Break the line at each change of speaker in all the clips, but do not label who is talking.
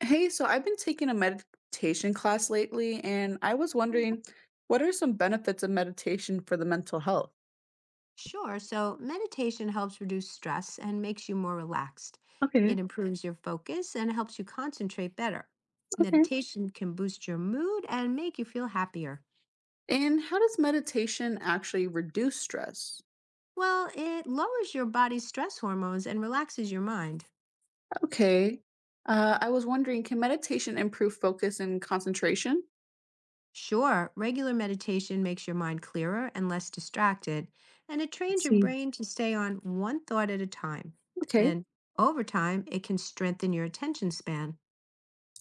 Hey, so I've been taking a meditation class lately, and I was wondering, what are some benefits of meditation for the mental health?
Sure. So meditation helps reduce stress and makes you more relaxed. It
Okay,
improves your focus and helps you concentrate better.
okay.
Meditation can boost your mood and make you feel happier.
And how does meditation actually reduce stress?
Well, it lowers your body's stress hormones and relaxes your mind.
Okay. I was wondering, can meditation improve focus and concentration?
Sure, regular meditation makes your mind clearer and less distracted, and it trains
Let's
your
see.
brain to stay on one thought at a time.
Okay.
Then, over time, it can strengthen your attention span.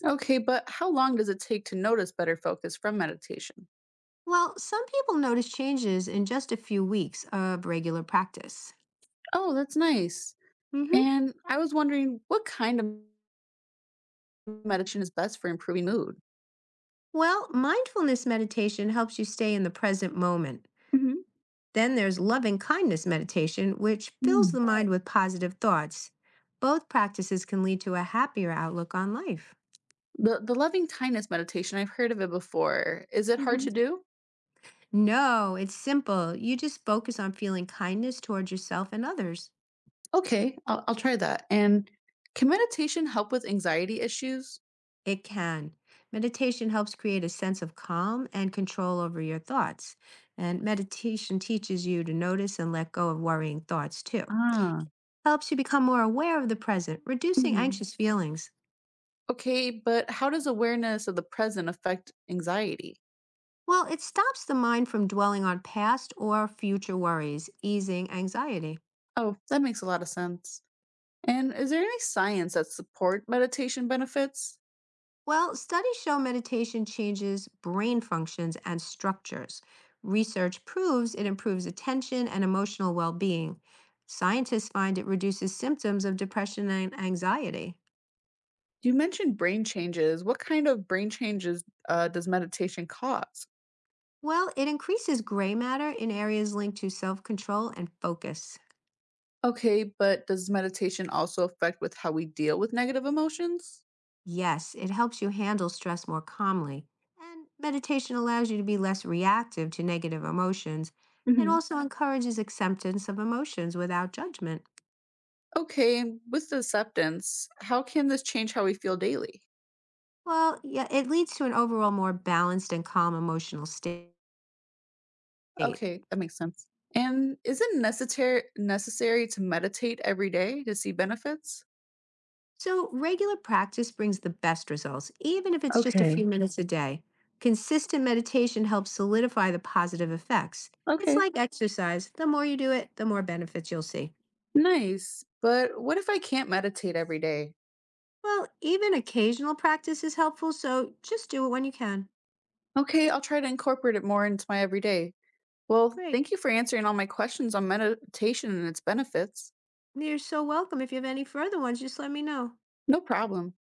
Okay, but how long does it take to notice better focus from meditation?
Well, some people notice changes in just a few weeks of regular practice.
Oh, that's nice.
Hmm.
And I was wondering, what kind of meditation is best for improving mood?
Well, mindfulness meditation helps you stay in the present moment. Then there's loving kindness meditation, which fills
Hmm.
the mind with positive thoughts. Both practices can lead to a happier outlook on life.
The loving kindness meditation, I've heard of it before. Is it hard
Hmm.
to do?
No, it's simple. You just focus on feeling kindness towards yourself and others.
Okay, I'll try that. And can meditation help with anxiety issues?
It can. Meditation helps create a sense of calm and control over your thoughts. And meditation teaches you to notice and let go of worrying thoughts too.
Ah.
Helps you become more aware of the present, reducing
Mhm.
anxious feelings.
Okay, but how does awareness of the present affect anxiety?
Well, it stops the mind from dwelling on past or future worries, easing anxiety.
Oh, that makes a lot of sense. And is there any science that support meditation benefits?
Well, studies show meditation changes brain functions and structures. Research proves it improves attention and emotional well being. Scientists find it reduces symptoms of depression and anxiety.
You mentioned brain changes. What kind of brain changes does meditation cause?
Well, it increases gray matter in areas linked to self control and focus.
Okay, but does meditation also affect with how we deal with negative emotions?
Yes, it helps you handle stress more calmly. And meditation allows you to be less reactive to negative emotions and
Mhm.
also encourages acceptance of emotions without judgment.
Okay, and with the acceptance, how can this change how we feel daily?
Well, yeah, it leads to an overall more balanced and calm emotional state.
Okay, that makes sense. And is it necessary to meditate every day to see benefits?
So, regular practice brings the best results, even if it's just a
Okay.
few minutes a day. Consistent meditation helps solidify the positive effects. It's
Okay.
like exercise. The more you do it, the more benefits you'll see.
Nice. But what if I can't meditate every day?
Well, even occasional practice is helpful, so just do it when you can.
Okay, I'll try to incorporate it more into my everyday. Well,
Great.
thank you for answering all my questions on meditation and its benefits.
You're so welcome. If you have any further ones, just let me know.
No problem.